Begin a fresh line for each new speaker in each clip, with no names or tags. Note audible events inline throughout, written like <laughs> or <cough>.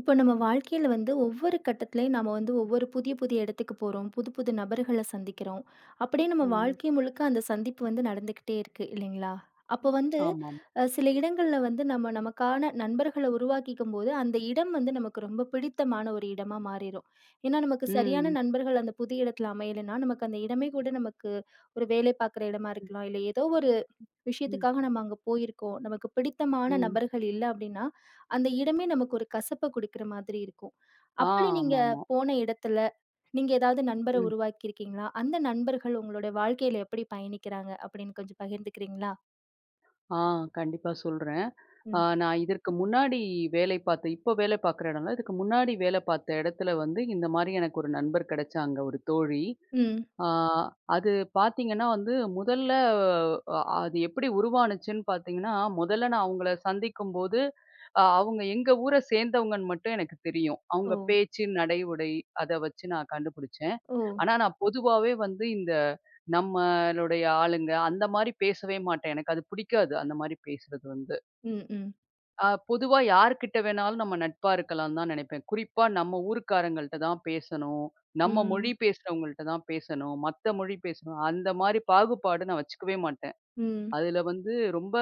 இப்போ நம்ம வாழ்க்கையில வந்து ஒவ்வொரு கட்டத்திலயும் நாம வந்து ஒவ்வொரு புதிய புதிய இடத்துக்கு போறோம். புது புது நபர்கள சந்திக்கிறோம். அப்படியே நம்ம
ம்.
வாழ்க்கை முழுக்க அந்த சந்திப்பு வந்து நடந்துகிட்டே இருக்கு இல்லைங்களா? அப்போ
ம்.
வந்து
ஆமாம்.
சில இடங்கள்ல வந்து நம்ம நமக்கான நண்பர்கள உருவாக்கிக்கும்போது, அந்த இடம் வந்து நமக்கு ரொம்ப பிடித்தமான ஒரு இடமா மாறிரும். ஏன்னா நமக்கு சரியான
ம்.
நண்பர்கள் அந்த புது இடத்துல அமையலைன்னா, நமக்கு அந்த இடமே கூட நமக்கு ஒரு வேலை பார்க்குற இடமா
ம்.
இருக்கலாம். இல்ல ஏதோ ஒரு
ம்.
விஷயத்துக்காக நம்ம அங்க போயிருக்கோம். நமக்கு பிடித்தமான
ம்.
நபர்கள் இல்ல அப்டின்னா, அந்த இடமே நமக்கு ஒரு கசப்ப குடுக்குற மாதிரி இருக்கும்.
ஆ
அப்படி நீங்க
ஆமாமா.
போன இடத்துல, நீங்க ஏதாவது நண்பர
ம்.
உருவாக்கியிருக்கீங்களா? அந்த நண்பர்கள் உங்களுடைய வாழ்க்கையில எப்படி பயணிக்கிறாங்க அப்படின்னு கொஞ்சம் பகிர்ந்துக்கிறீங்களா?
ஆ கண்டிப்பா சொல்றேன்.
ம்.
நான் இதற்கு முன்னாடி வேலை பார்த்த இப்போ வேலை பார்க்குற இடம்ல, இதுக்கு முன்னாடி வேலை பார்த்த இடத்துல வந்து இந்த மாரி எனக்கு ஒரு நண்பர் கிடைச்சாங்க, ஒரு தோழி.
ம்.
ஆ அது பார்த்தீங்கன்னா வந்து முதல்ல அது எப்படி உருவானுச்சுன்னு பார்த்தீங்கன்னா, முதல்ல நான் அவங்கள சந்திக்கும்போது, அவங்க எங்க ஊர சேர்ந்தவங்கன்னு மட்டும் எனக்கு தெரியும்.
ஓ!
அவங்க பேச்சு, நடை, உடை அத வச்சு நான் கண்டுபிடிச்சேன்.
ஓ!
ஆனா நான் பொதுவாவே வந்து இந்த நம்மளுடைய ஆளுங்க அந்த மாரி பேசவே மாட்டேன். எனக்கு அது பிடிக்காது அந்த மாரி பேசுறது வந்து.
ம். ம்.
பொதுவா யார்கிட்ட வேணாலும் நம்ம நட்பா இருக்கலாம்னு தான் நினைப்பேன். குறிப்பா நம்ம ஊர்க்காரங்கள்ட்ட தான் பேசணும். நம்ம
ம்.
மொழி பேசுறவங்கள்ட்ட தான் பேசணும். மத்த மொழி பேசணும். அந்த மாரி பாகுபாடு நான் வச்சுக்கவே மாட்டேன்.
ம்.
அதுல வந்து ரொம்ப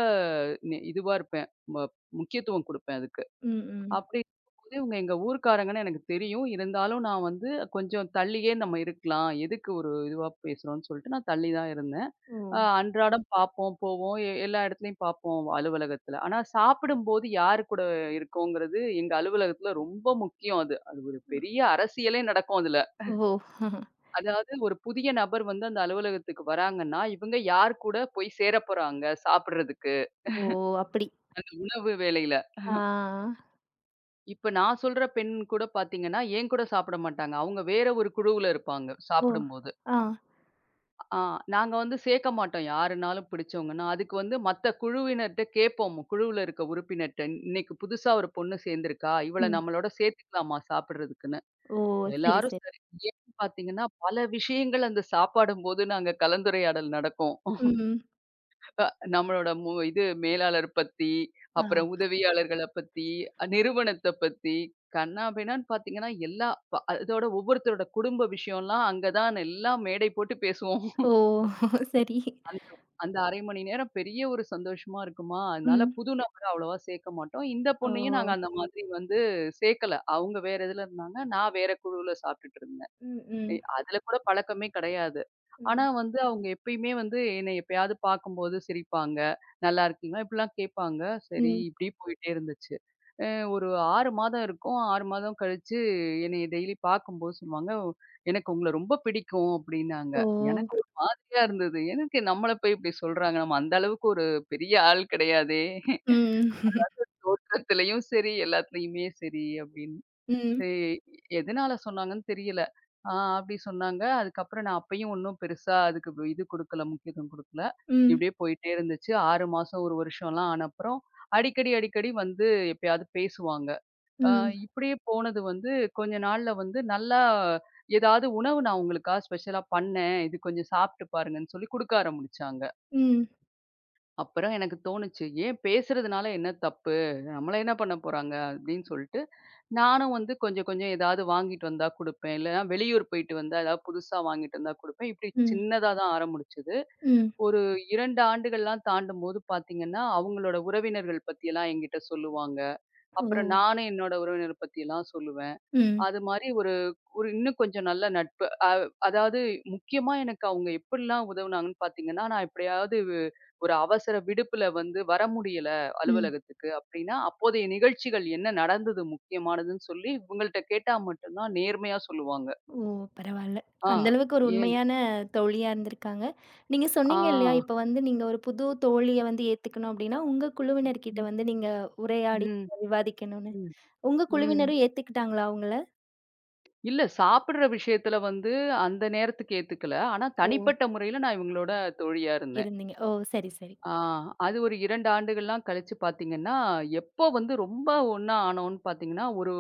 இதுவா இருப்பேன். ம முக்கியத்துவம் குடுப்பேன் அதுக்கு.
ம். ம்.
அப்படி இருக்கும்போது இவங்க எங்க ஊர்க்காரங்கன்னு எனக்கு தெரியும். இருந்தாலும் நான் வந்து கொஞ்சம் தள்ளியே நம்ம இருக்கலாம். எதுக்கு ஒரு இதுவா பேசுறோம்ன்னு சொல்லிட்டு நான் தள்ளி தான் இருந்தேன்.
ஓ!
அன்றாடம் பார்ப்போம், போவோம். எல்லா இடத்துலயும் பார்ப்போம் அலுவலகத்துல. ஆனா சாப்பிடும்போது யார் கூட இருக்கோங்கிறது எங்க அலுவலகத்துல ரொம்ப முக்கியம் அது. அது ஒரு பெரிய அரசியலே நடக்கும் அதுல.
ஓ! <laughs>
அதாவது ஒரு புதிய நபர் வந்து அந்த அலுவலகத்துக்கு வராங்கன்னா, இவங்க யார் கூட போய் சேரப்போறாங்க சாப்பிடுறதுக்கு,
ஓ! அப்படி.
அந்த உணவு வேளையில.
ஆ.
இப்ப நான் சொல்ற பெண் கூட பார்த்தீங்கன்னா, என் கூட சாப்பிட மாட்டாங்க. அவங்க வேற ஒரு குழுவுல இருப்பாங்க
ஓ!
சாப்பிடும்போது.
ஆ.
ஆ நாங்க வந்து சேர்க்க மாட்டோம் யாருனாலும் பிடிச்சவங்கன்னா. அதுக்கு வந்து மத்த குழுவினர்ட்ட கேட்போம். குழுவுல இருக்க உறுப்பினர்ட்ட, "இன்னைக்கு புதுசா ஒரு பொண்ணு சேர்ந்திருக்கா? இவள
ம்.
நம்மளோட சேர்த்துக்கலாமா சாப்பிடுறதுக்குன்னு?"
ஓ! சரி,
எல்லாரும்
சரி.
சரி. ஏன்னு பார்த்தீங்கன்னா, பல விஷயங்கள் அந்த சாப்பாடும்போது நாங்க கலந்துரையாடல் நடக்கும்.
ம்.
அ நம்மளோட மு இது மேலாளர் பத்தி,
ஆ.
அப்புறம் உதவியாளர்கள பத்தி, நிறுவனத்த பத்தி, கன்னாபின்னான்னு பார்த்தீங்கன்னா, எல்லா ப அதோட ஒவ்வொருத்தரோட குடும்ப விஷயம்லாம் அங்க தான் எல்லாம் மேடை போட்டு பேசுவோம்.
ஓ! <laughs> சரி.
அந்த அந்த 1/2 மணி நேரம் பெரிய ஒரு சந்தோஷமா இருக்குமா, அதனால
ம்.
புது நபர அவ்வளவா சேர்க்க மாட்டோம். இந்த பொண்ணையும் நாங்க
Oo.
அந்த மாதிரி வந்து சேர்க்கல. அவங்க வேற இதுல இருந்தாங்க. நான் வேற குழுவுல சாப்பிட்டுட்டு இருந்தேன்.
Mm,
அதுல கூட பழக்கமே கிடையாது. ஆனா
mm.
வந்து அவங்க எப்பயுமே வந்து என்னை எப்பயாவது பார்க்கும்போது சிரிப்பாங்க. "நல்லா இருக்கீங்களா?" இப்படிலாம் கேட்பாங்க. சரி, இப்படியே போயிட்டே இருந்துச்சு. அ ஒரு 6 மாதம் இருக்கும். 6 மாதம் கழிச்சு என்னைய டெய்லி பார்க்கும்போது சொன்னாங்க, "எனக்கு உங்கள ரொம்ப பிடிக்கும்" அப்படின்னாங்க.
Oo.
எனக்கு ஒரு மாதிரியா இருந்தது. எனக்கு நம்மள போய் இப்படி சொல்றாங்க. நம்ம அந்த அளவுக்கு ஒரு பெரிய ஆள் கிடையாதே.
Hmm,
தோற்றத்திலயும் சரி, எல்லாத்துலயுமே சரி அப்படின்னு.
hmm,
சரி, எதனால சொன்னாங்கன்னு தெரியல. ஆ அப்டி சொன்னாங்க. அதுக்கப்புறம் நான் அப்பயும் ஒண்ணும் பெருசா அதுக்கு வ- இது குடுக்கல, முக்கியத்துவம் குடுக்கல.
hmm,
இப்டியே போயிட்டே இருந்துச்சு. 6 மாசம், 1 வருஷம்லாம் ஆன அப்புறம், அடிக்கடி வந்து எப்பயாவது பேசுவாங்க. அ
ம்.
இப்டியே போனது வந்து கொஞ்ச நாள்ல வந்து நல்லா ஏதாவது உணவு நான் உங்களுக்கா ஸ்பெஷலா பண்ணேன். இது கொஞ்சம் சாப்ட்டு பாருங்கன்னு சொல்லி குடுக்க ஆரம்பிச்சாங்க.
ம்,
அப்புறம் எனக்கு தோணுச்சு, "ஏன் பேசுறதுனால என்ன தப்பு? நம்மள என்ன பண்ண போறாங்க?" அப்படின்னு சொல்லிட்டு, நானும் வந்து கொஞ்சம் கொஞ்சம் ஏதாவது வாங்கிட்டு வந்தா குடுப்பேன். இல்லன்னா வெளியூர் போயிட்டு வந்தா ஏதாவது புதுசா வாங்கிட்டு வந்தா குடுப்பேன். இப்படி
ம்,
சின்னதா தான் ஆரம்பிச்சது.
ம்.
ஒரு 2 ஆண்டுகள்லாம் தாண்டும்போது பார்த்தீங்கன்னா, அவங்களோட உறவினர்கள் பத்தியெல்லாம் என்கிட்ட சொல்லுவாங்க.
ஓ!
அப்புறம் நானும் என்னோட உறவினர் பத்தியெல்லாம் சொல்லுவேன்.
ம்,
அது மாரி ஒரு இன்னும் கொஞ்சம் நல்ல நட்பு. அதாவது முக்கியமா எனக்கு அவங்க எப்படிலாம் உதவுனாங்கன்னு பார்த்தீங்கன்னா, நான் எப்படியாவது ஒரு அவசர விடுப்புல வந்து வர முடியல
ம்.
அலுவலகத்துக்கு அப்படின்னா, அப்போதைய நிகழ்ச்சிகள் என்ன நடந்தது முக்கியமானதுன்னு சொல்லி இவங்கள்ட்ட கேட்டா மட்டும் தான் நேர்மையா சொல்லுவாங்க.
ஓ! பரவால்ல.
ஆ.
அந்த அளவுக்கு ஒரு
ஏன்
உண்மையான தோழியா இருந்திருக்காங்க. நீங்க
ஆ.
சொன்னீங்க இல்லையா, இப்ப வந்து நீங்க ஒரு புது தோழிய வந்து ஏத்துக்கணும் அப்டின்னா, உங்க குழுவினர்கிட்ட
ம்.
வந்து நீங்க உரையாடி
ம்.
விவாதிக்கணும்னு.
ம்.
உங்க
ம்.
குழுவினரும் ஏத்துக்கிட்டாங்களா உங்கள?
இல்ல சாப்பிடுற விஷயத்துல வந்து அந்த நேரத்துக்கு ஏத்துக்கல. ஆனா
ஓ!
தனிப்பட்ட முறையில நான் இவங்களோட தோழியா இருந்தேன்.
இருந்தீங்க. ஓ! சரி, சரி.
ஆ அது ஒரு 2 ஆண்டுகள்லாம் கழிச்சு பார்த்தீங்கன்னா, எப்போ வந்து ரொம்ப ஒண்ணா ஆனோம்ன்னு பார்த்தீங்கன்னா, ஒரு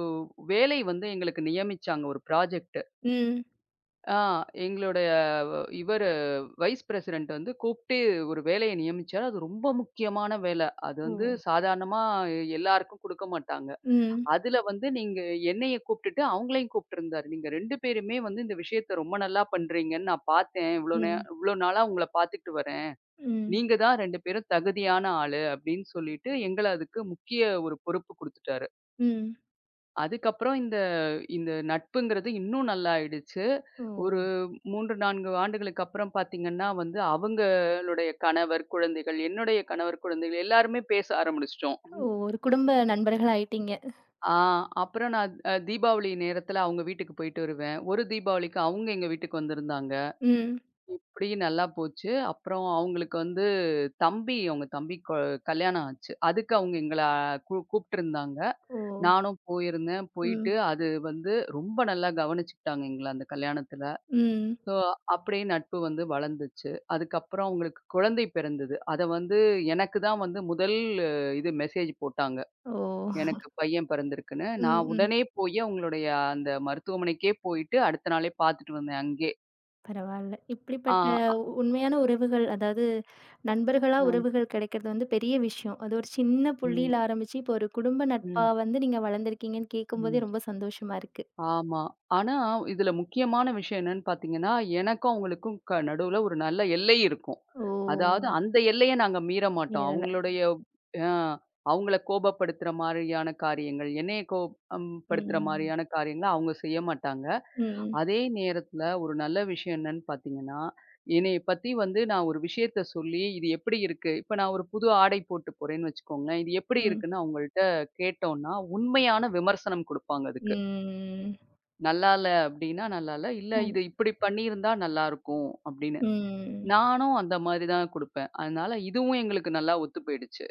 வேலை வந்து எங்களுக்கு நியமிச்சாங்க ஒரு ப்ராஜெக்ட்.
ம்.
ஆ எங்களுடைய இவரு வைஸ் பிரசிடென்ட் வந்து கூப்பிட்டு ஒரு வேலைய நியமிச்சாரு. அது ரொம்ப முக்கியமான வேலை. அது
ஓ!
வந்து சாதாரணமா எல்லாருக்கும் குடுக்க மாட்டாங்க.
ம்,
அதுல வந்து நீங்க என்னைய கூப்பிட்டுட்டு அவங்களையும் கூப்பிட்டுருந்தாரு. "நீங்க 2 பேருமே வந்து இந்த விஷயத்த ரொம்ப நல்லா பண்றீங்கன்னு நான் பார்த்தேன்.
ம்,
இவ்ளோ நாளா உங்கள பார்த்துக்கிட்டு வரேன்."
ம்,
நீங்க தான் 2 பேரும் தகுதியான ஆளு அப்படின்னு சொல்லிட்டு, எங்கள அதுக்கு முக்கிய ஒரு பொறுப்பு குடுத்துட்டாரு.
ம்.
அதுக்கப்புறம் இந்த இந்த நட்புங்கிறது இன்னும் நல்லா ஆயிடுச்சு.
ஓ!
ஒரு 3, 4 ஆண்டுகளுக்கு அப்புறம் பார்த்தீங்கன்னா வந்து, அவங்களுடைய கணவர், குழந்தைகள், என்னுடைய கணவர், குழந்தைகள் எல்லாருமே பேச ஆரம்பிச்சுட்டோம்.
ஓ! ஒரு குடும்ப நண்பர்கள் ஆயிட்டீங்க.
ஆ அப்புறம் நான் தீபாவளி நேரத்தில அவங்க வீட்டுக்கு போயிட்டு வருவேன். ஒரு தீபாவளிக்கு அவங்க எங்க வீட்டுக்கு வந்திருந்தாங்க.
ம்.
இப்படி நல்லா போச்சு. அப்புறம் அவங்களுக்கு வந்து அவங்க தம்பிக்கு கல்யாணம் ஆச்சு. அதுக்கு அவங்க எங்கள கூப்பிட்டுருந்தாங்க.
ஓ!
நானும் போயிருந்தேன். போயிட்டு
ம்.
அது வந்து ரொம்ப நல்லா கவனிச்சுக்கிட்டாங்க எங்கள அந்த கல்யாணத்துல.
ம்.
ஸோ அப்படியே நட்பு வந்து வளர்ந்துச்சு. அதுக்கப்புறம் அவங்களுக்கு குழந்தை பிறந்தது. அத வந்து எனக்கு தான் வந்து முதல் இது மெசேஜ் போட்டாங்க.
ஓ!
எனக்கு பையன் பிறந்திருக்குன்னு.
ம்,
நான்
ம்.
உடனே போய் அவங்களுடைய அந்த மருத்துவமனைக்கே போயிட்டு அடுத்த நாளே பார்த்துட்டு வந்தேன் அங்கயே.
பரவால்ல.
ஆ.
இப்படிப்பட்ட உண்மையான உறவுகள், அதாவது நண்பர்களா
அ.
உறவுகள் கிடைக்கிறது வந்து பெரிய விஷயம். அது ஒரு சின்ன
ம்.
புள்ளியில ஆரம்பிச்சு, இப்போ ஒரு குடும்ப நட்பா
ம்.
வந்து நீங்க வளர்ந்துருக்கீங்கன்னு கேட்கும்போதே
ம்.
ரொம்ப சந்தோஷமா இருக்கு.
ஆமா. ஆனா, இதுல முக்கியமான விஷயம் என்னன்னு பார்த்தீங்கன்னா, எனக்கும் அவங்களுக்கும் நடுவுல ஒரு நல்ல எல்லை இருக்கும். அதாவது
ஓ!
அந்த எல்லைய நாங்க மீற மாட்டோம்.
நேரல.
அ அவங்கள கோபப்படுத்துற மாரியான காரியங்கள், என்னைய கோப் அம் படுத்துற
ம்.
மாரியான காரியங்கள அவங்க செய்ய மாட்டாங்க.
ம். ம்.
அதே நேரத்துல ஒரு நல்ல விஷயம் என்னன்னு பார்த்தீங்கன்னா, என்னைய பத்தி வந்து நான் ஒரு விஷயத்த சொல்லி, இது எப்படி இருக்கு? இப்ப நான் ஒரு புது ஆடை போட்டு போறேன்னு வச்சுக்கோங்களேன். இது எப்படி
ம்.
இருக்குன்னு அவங்கள்ட்ட கேட்டோம்னா, உண்மையான விமர்சனம் குடுப்பாங்க அதுக்கு.
ம்.
நல்லா இல்ல அப்டின்னா, நல்லா இல்ல. இல்ல
நன்
இது இப்டி பண்ணியிருந்தா நல்லாருக்கும் அப்டின்னு.
ம்.
நானும் அந்த மாரி தான் குடுப்பேன். அதனால இதுவும் எங்களுக்கு நல்லா ஒத்து போயிடுச்சு.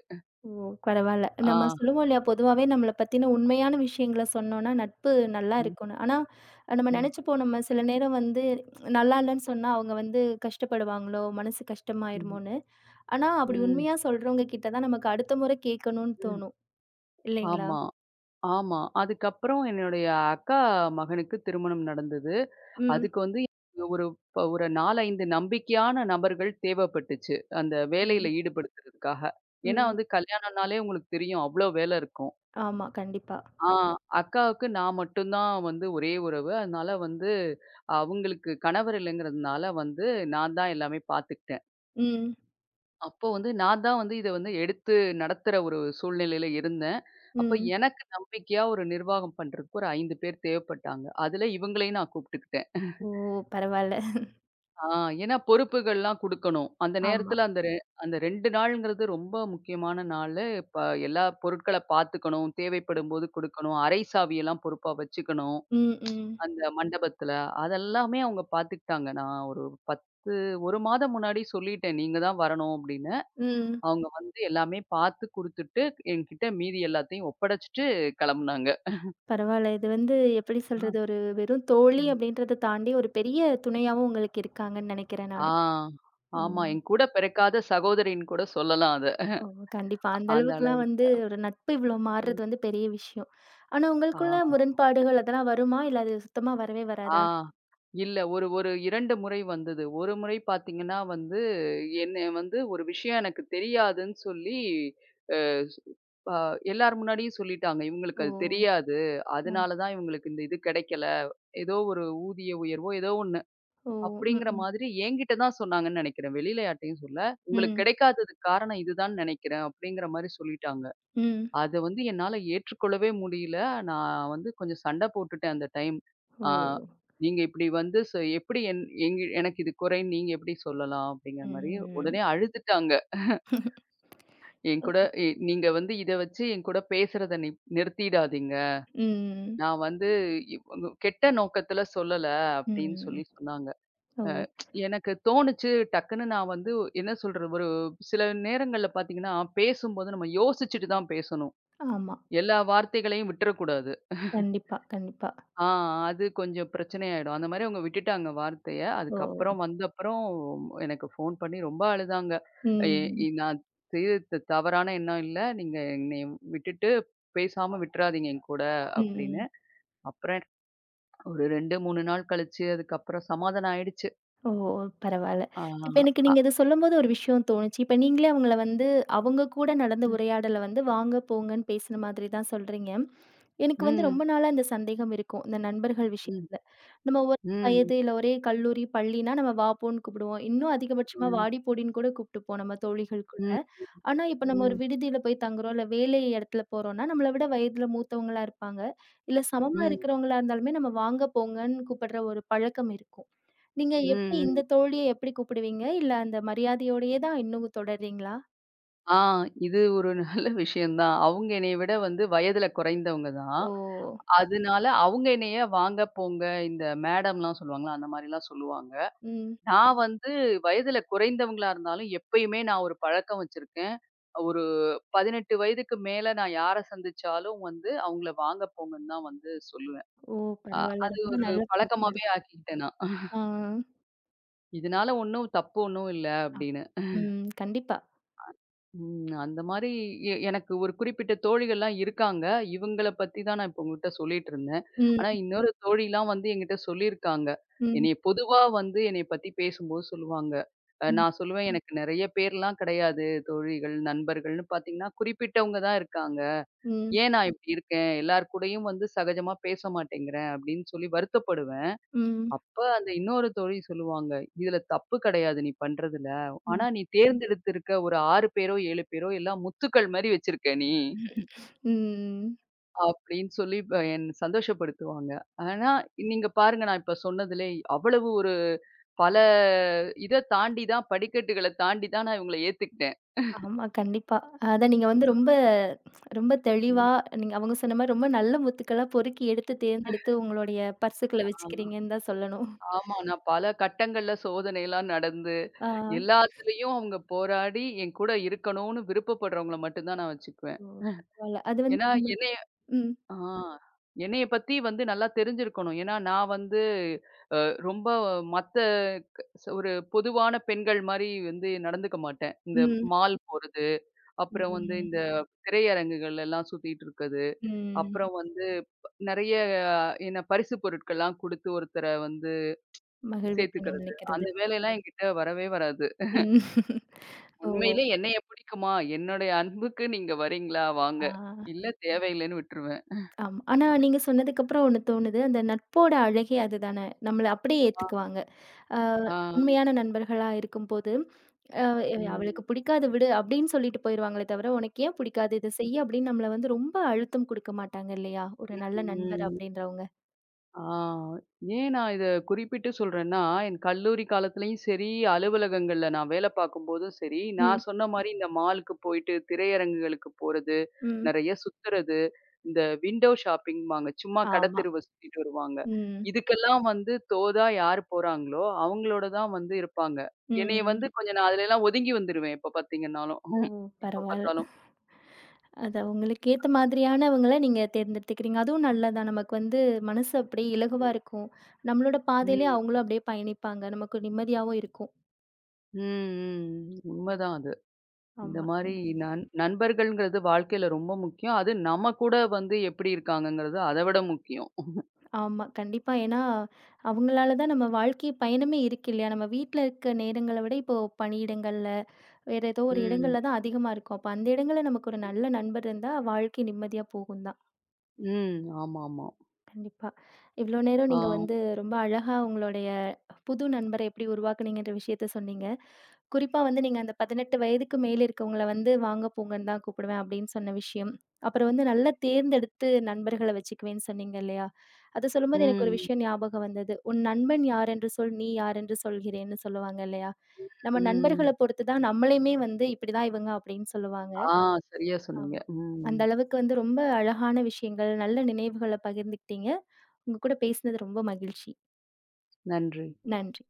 ஓ! பரவால்ல.
ஆ.
நம்ம சொல்லுவோம் இல்லையா, பொதுவாவே நம்மள பத்தின உண்மையான விஷயங்கள சொன்னோம்னா, நட்பு நல்லா
ம்,
இருக்கும்னு. ஆனா, நம்ம
ம்,
நினைச்சுப்போம் நம்ம சில நேரம் வந்து நல்லா இல்லன்னு சொன்னா, அவங்க வந்து கஷ்டப்படுவாங்களோ, மனசு
ம்,
கஷ்டமாயிருமோன்னு. ஆனா, அப்படி
ம்,
உண்மையா சொல்றவங்க கிட்ட தான் நமக்கு அடுத்த முறை கேட்கணும்னு
ம்.
தோணும். இல்லைங்களா?
ஆமா, ஆமா. அதுக்கப்புறம் என்னுடைய அக்கா மகனுக்கு திருமணம் நடந்தது.
ம்.
அதுக்கு வந்து எனக்கு ஒரு 4, 5 நம்பிக்கையான நபர்கள் தேவைப்பட்டுச்சு. அந்த
ம்.
வேலையில ஈடுபடுத்துறதுக்காக. ஏன்னா
ம்.
வந்து கல்யாணம்னாலே உங்களுக்கு தெரியும். அவ்ளோ வேல இருக்கும்.
ஆமா, கண்டிப்பா.
ஆ அக்காவுக்கு நான் மட்டும் தான் வந்து ஒரே உறவு. அதனால வந்து அவங்களுக்கு கணவர் இல்லைங்கிறதுனால வந்து நான் தான் எல்லாமே பார்த்துக்கிட்டேன்.
ம்.
அப்போ வந்து நான் தான் வந்து இத வந்து எடுத்து நடத்துற ஒரு சூழ்நிலையில இருந்தேன். அப்ப
ம்.
எனக்கு நம்பிக்கையா ஒரு நிர்வாகம் பண்றதுக்கு ஒரு 5 பேர் தேவைப்பட்டாங்க. அதுல இவங்களையும் நான் கூப்பிட்டுக்கிட்டேன்.
ஓ! பரவால்ல.
ஆ ஏன்னா பொறுப்புகள்லாம் குடுக்கணும். அந்த
ஆமா.
நேரத்துல அந்த 2 நாள்ங்கிறது ரொம்ப முக்கியமான நாளு. இப்ப எல்லா பொருட்கள பார்த்துக்கணும், தேவைப்படும்போது குடுக்கணும், அறை சாவியெல்லாம் பொறுப்பா வச்சுக்கணும்.
ம். ம்.
அந்த மண்டபத்துல. அதெல்லாமே அவங்க பார்த்துக்கிட்டாங்க. நான் ஒரு 10 1 மாதம் முன்னாடி சொல்லிட்டேன். நீங்க தான் வரணும் அப்படின்னு.
ம்.
அவங்க வந்து எல்லாமே பார்த்து குடுத்துட்டு, என்கிட்ட மீதி எல்லாத்தையும் ஒப்படைச்சுட்டு கிளம்புனாங்க.
பரவால்ல. இது வந்து எப்படி சொல்றது?
ஆ.
ஒரு வெறும் தோழி
ம்.
அப்படின்றத தாண்டி, ஒரு பெரிய துணையாவும் உங்களுக்கு இருக்காங்கன்னு நெனைக்கிறேன்
ஆ.
நானு.
ஆமா.
ம்.
என் கூட பிறக்காத சகோதரின்னு கூட சொல்லலாம் அத.
ஓ! கண்டிப்பா. அந்த
அந்த
அளவுக்குலாம் வந்து
அளவுக்கு.
ஒரு நட்பு இவ்ளோ மாறுறது வந்து பெரிய விஷயம். ஆனா
ஆ.
உங்களுக்குள்ள முரண்பாடுகள் அதெல்லாம் வருமா? இல்ல அது சுத்தமா வரவே
ஆ.
வராதா?
இல்ல. ஒரு ஒரு 2 முறை வந்தது. ஒரு முறை பார்த்தீங்கன்னா வந்து, என்னைய வந்து ஒரு விஷயம் எனக்கு தெரியாதுன்னு சொல்லி, அ ஸ் அ எல்லார் முன்னாடியும் சொல்லிட்டாங்க. இவங்களுக்கு
ஓ!
அது தெரியாது.
அ.
அதனால தான் இவங்களுக்கு இந்த இது கிடைக்கல. ஏதோ ஒரு ஊதிய உயர்வோ ஏதோ ஒண்ணு.
ஓ! ம்,
அப்படிங்கிற
ம்.
மாதிரி என்கிட்ட தான் சொன்னாங்கன்னு நினைக்கிறேன். வெளியில யார்ட்டயும் சொல்லல. உங்களுக்கு
ம்,
கிடைக்காததுக்கு காரணம் இதுதான்னு நினைக்கிறேன். அப்படிங்கிற மாரி சொல்லிட்டாங்க.
ம்.
அத வந்து என்னால ஏற்றுக்கொள்ளவே முடியல. நான் வந்து கொஞ்சம் சண்டை போட்டுட்டேன் அந்த டைம்.
ஓ!
ஆ நீங்க இப்படி வந்து சொ எப்படி என் எங்க எனக்கு இது குறைன்னு நீங்க எப்படி சொல்லலாம்? அப்படிங்கிற மாரி
ம்.
உடனே அழுதுட்டாங்க. என்
அ.
கூட நீங்க வந்து இத வச்சு என் கூட பேசுறத நிறுத்திடாதீங்க.
ம்.
நான் வந்து கெட்ட நோக்கத்துல சொல்லல அப்படின்னு
ம்.
சொல்லி சொன்னாங்க.
ஓ!
அ எனக்கு தோணுச்சு டக்குன்னு நான் வந்து என்ன சொல்றது? ஒரு சில நேரங்கள்ல பார்த்தீங்கன்னா, பேசும்போது நம்ம யோசிச்சுட்டு தான் பேசணும்.
ஆமா.
எல்லா வார்த்தைகளையும் விட்டுறக்கூடாது.
கண்டிப்பா, கண்டிப்பா.
ஆ அது கொஞ்சம் பிரச்சனையாயிடும். அந்த மாரி அவங்க விட்டுட்டாங்க வார்த்தைய.
ஓ!
அதுக்கப்புறம் வந்தப்புறம் எனக்கு ஃபோன் பண்ணி ரொம்ப அழுதாங்க. எ
ம்.
இ நான் செய்தது தவறான எண்ணம் இல்ல. நீங்க என்னைய விட்டுட்டு பேசாம விட்டுறாதீங்க என் கூட அப்படின்னு.
ம்.
அப்புறம் ஒரு 2, 3 நாள் கழிச்சு அதுக்கப்புறம் சமாதானம் ஆயிடுச்சு.
ஓ! பரவால்ல.
ஆ
இப்ப எனக்கு
அ
நீங்க இத சொல்லும்போது ஒரு விஷயம் தோணுச்சு. இப்ப நீங்களே அவங்கள வந்து அவங்க கூட நடந்த உரையாடல வந்து வாங்க, போங்கன்னு பேசின மாதிரி தான் சொல்றீங்க. எனக்கு
ம்,
வந்து
ம்,
ரொம்ப நாளா இந்த சந்தேகம் இருக்கும். இந்த நண்பர்கள்
ம்,
விஷயத்துல. நம்ம ஒரே
ம்,
வயது, இல்ல ஒரே கல்லூரி, பள்ளினா நம்ம வா, போன்னு கூப்பிடுவோம். இன்னும் அதிகபட்சமா
ம்,
வாடி, போடின்னு கூட கூப்பிட்டுப்போம் நம்ம தோழிகளுக்குள்ள.
ம்,
ஆனா, இப்ப நம்ம ஒரு
ம்,
விடுதியில போய் தங்குறோம், இல்ல வேலை இடத்துல போறோம்னா, நம்மள விட வயதுல மூத்தவங்களா இருப்பாங்க. இல்ல சமமா
ம்,
இருக்கிறவங்களா இருந்தாலுமே நம்ம வாங்க, போங்கன்னு கூப்பிடுற ஒரு பழக்கம் இருக்கும். நீங்க எப்படி
ம்.
இந்த தோழிய எப்படி கூப்பிடுவீங்க? இல்ல அந்த மரியாதையோடயே தான் இன்னும் தொடர்றீங்களா?
ஆ இது ஒரு நல்ல விஷயம் தான். அவங்க என்னைய விட வந்து வயதுல குறைந்தவங்க தான்.
ஓ!
அதனால அவங்க என்னைய வாங்க, போங்க இந்த மேடம்லாம் சொல்லுவாங்கல்ல, அந்த மாரிலாம் சொல்லுவாங்க.
ம்.
நான் வந்து வயதில குறைந்தவங்களா இருந்தாலும், எப்பயுமே நான் ஒரு பழக்கம் வச்சிருக்கேன். ஒரு 18 வயதுக்கு மேல நான் யார சந்திச்சாலும் வந்து அவங்கள வாங்க போங்கன்னு தான் வந்து சொல்லுவேன்.
ஓ!
அ
பரவால்ல.
அது
ரொம்ப
ஒரு
நல்ல பழக்கமா
பழக்கமாவே
இருக்கு.
ஆக்கிக்கிட்டேன் நான். <laughs>
ஆ.
இதனால ஒண்ணும் தப்பு ஒண்ணும் இல்ல
அ.
அப்படின்னு.
ம். கண்டிப்பா.
ம். அந்த மாரி எனக்கு ஒரு குறிப்பிட்ட தோழிகள்லாம் இருக்காங்க. இவங்கள பத்தி தான் நான் இப்போ உங்ககிட்ட சொல்லிட்டுருந்தேன். ஆனா
ம்.
இன்னொரு தோழிலாம் வந்து என்கிட்ட சொல்லியிருக்காங்க.
ம்.
என்னைய பொதுவா வந்து என்னைய பத்தி பேசும்போது சொல்லுவாங்க.
ம்.
நான் சொல்லுவேன் ம். எனக்கு நெறைய பேர்லாம் கிடையாது. தோழிகள், நண்பர்கள்னு பார்த்தீங்கன்னா, குறிப்பிட்டவங்க தான் இருக்காங்க.
ம்.
ஏன் நான் ம். இப்படி இருக்கேன்? எல்லார் கூடயும் வந்து சகஜமா பேச மாட்டேங்கிறேன் அப்படின்னு சொல்லி வருத்தப்படுவேன்.
ம்.
அப்ப அந்த இன்னொரு தோழி சொல்லுவாங்க, "இதுல தப்பு கிடையாது நீ பண்றதுல.
ம்.
ஆனா நீ தேர்ந்தெடுத்திருக்க ஒரு 6 பேரோ, 7 பேரோ எல்லாம் முத்துக்கள் மாரி வச்சிருக்க நீ."
ம்.
அப்படின்னு சொல்லி என்ன சந்தோஷப்படுத்துவாங்க. ஆனா நீங்க பாருங்க நான் இப்ப சொன்னதிலே அவ்வளவு ஒரு பல இத தாண்டி தான் படிக்கட்டுகள தாண்டி தான் நான் இவங்கள ஏத்துக்கிட்டேன்.
ஆமா. கண்டிப்பா. அதான் நீங்க வந்து ரொம்ப ரொம்ப தெளிவா
ம்.
நீங்க அவங்க சொன்ன மாரி ரொம்ப நல்ல முத்துக்களா பொறுக்கி எடுத்து தேர்ந்தெடுத்து உங்களுடைய பர்சுக்குள்ள
ஆ.
வச்சுக்கிறீங்கன்னு தான் சொல்லணும்.
ஆமா. நான் பல கட்டங்கள்ல சோதனைலாம் நடந்து,
ஆ.
எல்லாத்துலயும் அவங்க போராடி என் கூட இருக்கணும்னு விருப்பப்படுறவங்கள மட்டும் தான் நான் வச்சுக்குவேன்.
ஓ! பரவால்ல. அது வந்து
ஏன்னா என்னைய
ம்.
ஆ. என்னைய பத்தி வந்து நல்லா தெரிஞ்சிருக்கணும். ஏன்னா, நான் வந்து அ ரொம்ப மத்த க ஸ் ஒரு பொதுவான பெண்கள் மாரி வந்து நடந்துக்க மாட்டேன். இந்த
ம்.
மால் போறது, அப்புறம் வந்து
ம்.
இந்த திரையரங்குகள்லாம் சுத்திட்டு இருக்கது,
ம்.
அப்புறம் வந்து நெறைய என்ன பரிசு பொருட்கள்லாம் குடுத்து ஒருத்தர வந்து
மகிழ்விக்கணும்னு
சேர்த்துக்கிறது.
நினைக்கிறது.
அந்த வேலையெல்லாம் என்கிட்ட வரவே வராது.
ம். ஓ!
உண்மையிலே என்னைய பிடிக்குமா? என்னுடைய அன்புக்கு நீங்க வரீங்களா? வாங்க.
ஆ
இல்ல தேவையில்லைன்னு விட்டுருவேன்.
ஆமா. ஆனா நீங்க சொன்னதுக்கப்புறம் ஒண்ணு தோணுது. அந்த நட்போட அழகே அதுதானே! நம்மள அப்படியே
ஆ.
ஏத்துக்குவாங்க. ஆ
ஆ.
உண்மையான நண்பர்களா இருக்கும்போது, "அ
ம்.
அவளுக்கு பிடிக்காது விடு" அப்படின்னு சொல்லிட்டு போயிருவாங்களே தவிர, "உனக்கு ஏன் பிடிக்காது? இத செய்" அப்படின்னு நம்மள வந்து ரொம்ப அழுத்தம் குடுக்க மாட்டாங்க இல்லையா? ஒரு நல்ல நண்பர்
ம்.
அப்படின்றவங்க.
ஆ, ஏன் நான் இத குறிப்பிட்டு சொல்றேன்னா, என் கல்லூரி காலத்துலயும் சரி, அலுவலகங்கள்ல நான் வேலை பார்க்கும்போதும் சரி,
ம்,
நான் சொன்ன மாரி இந்த மாலுக்கு போயிட்டு திரையரங்குகளுக்கு போறது,
ம்.
நெறைய சுத்துறது, இந்த விண்டோ ஷாப்பிங்பாங்க. சும்மா
ஆமா.
கடத்தெருவ சுத்திட்டு வருவாங்க.
ம்,
இதுக்கெல்லாம் வந்து தோதா யார் போறாங்களோ, அவங்களோட தான் வந்து இருப்பாங்க. என்னைய
ம்.
வந்து கொஞ்சம் நான் அதுலலாம் ஒதுங்கி வந்துருவேன் எப்ப பார்த்தீங்கன்னாலும்.
ஓ!
<laughs> எப்ப
பரவால்ல.
பார்த்தாலும்.
அது அவங்களுக்கு ஏத்த மாதிரியானவங்கள நீங்க தேர்ந்தெடுத்துக்கிறீங்க. அதுவும் நல்லதுதான். நமக்கு வந்து மனசு அப்படியே இலகுவா
ம்.
இருக்கும். நம்மளோட பாதையிலே
ம்.
அவங்களும் அப்படியே பயணிப்பாங்க. நமக்கு நிம்மதியாவும் இருக்கும்.
ம். ம். உண்மதான் அது. இந்த
ஆமா.
மாரி நண்பர்கள்ங்கிறது வாழ்க்கையில ரொம்ப முக்கியம். அது நம்ம கூட வந்து எப்படி இருக்காங்கங்கிறது அத விட முக்கியம்.
ஆமா. கண்டிப்பா. ஏன்னா, அவங்களால தான் நம்ம வாழ்க்கை பயணமே இருக்கு இல்லையா? நம்ம வீட்ல இருக்க நேரங்கள விட இப்போ பணியிடங்கள்ல, வேற ஏதோ ஒரு
ம்.
இடங்கள்ல தான் அதிகமா இருக்கும். அப்ப அந்த இடங்கள்ல நமக்கு ஒரு நல்ல நண்பர் இருந்தா வாழ்க்கை நிம்மதியா போகும் தான்.
ம். ஆமாமா.
கண்டிப்பா. இவ்ளோ நேரம்
ஆ.
நீங்க வந்து ரொம்ப அழகா உங்களுடைய புது நண்பரை எப்படி உருவாக்குனீங்கன்ற விஷயத்த சொன்னீங்க. குறிப்பா வந்து நீங்க அந்த 18 வயதுக்கு மேல இருக்கவங்கள வந்து வாங்க போங்கன்னு தான் கூப்பிடுவேன் அப்படின்னு சொன்ன விஷயம். அப்புறம் வந்து நல்லா தேர்ந்தெடுத்து நண்பர்கள வச்சுக்குவேன்னு சொன்னீங்க இல்லையா? அத சொல்லும்போது எனக்கு ஒரு
ம்.
விஷயம் ஞாபகம் வந்தது. "உன் நண்பன் யாரென்று சொல், நீ யாரென்று சொல்கிறேன்னு" சொல்லுவாங்க இல்லையா? நம்ம
ம்.
நண்பர்கள பொறுத்து தான் நம்மளையுமே வந்து இப்படிதான் இவங்க அப்படின்னு சொல்லுவாங்க.
ஆ சரியா சொன்னீங்க.
ஆமா.
ம்.
அந்த அளவுக்கு வந்து ரொம்ப அழகான விஷயங்கள், நல்ல நினைவுகள பகிர்ந்துக்கிட்டீங்க. உங்க கூட பேசினது ரொம்ப மகிழ்ச்சி.
நன்றி.
நன்றி.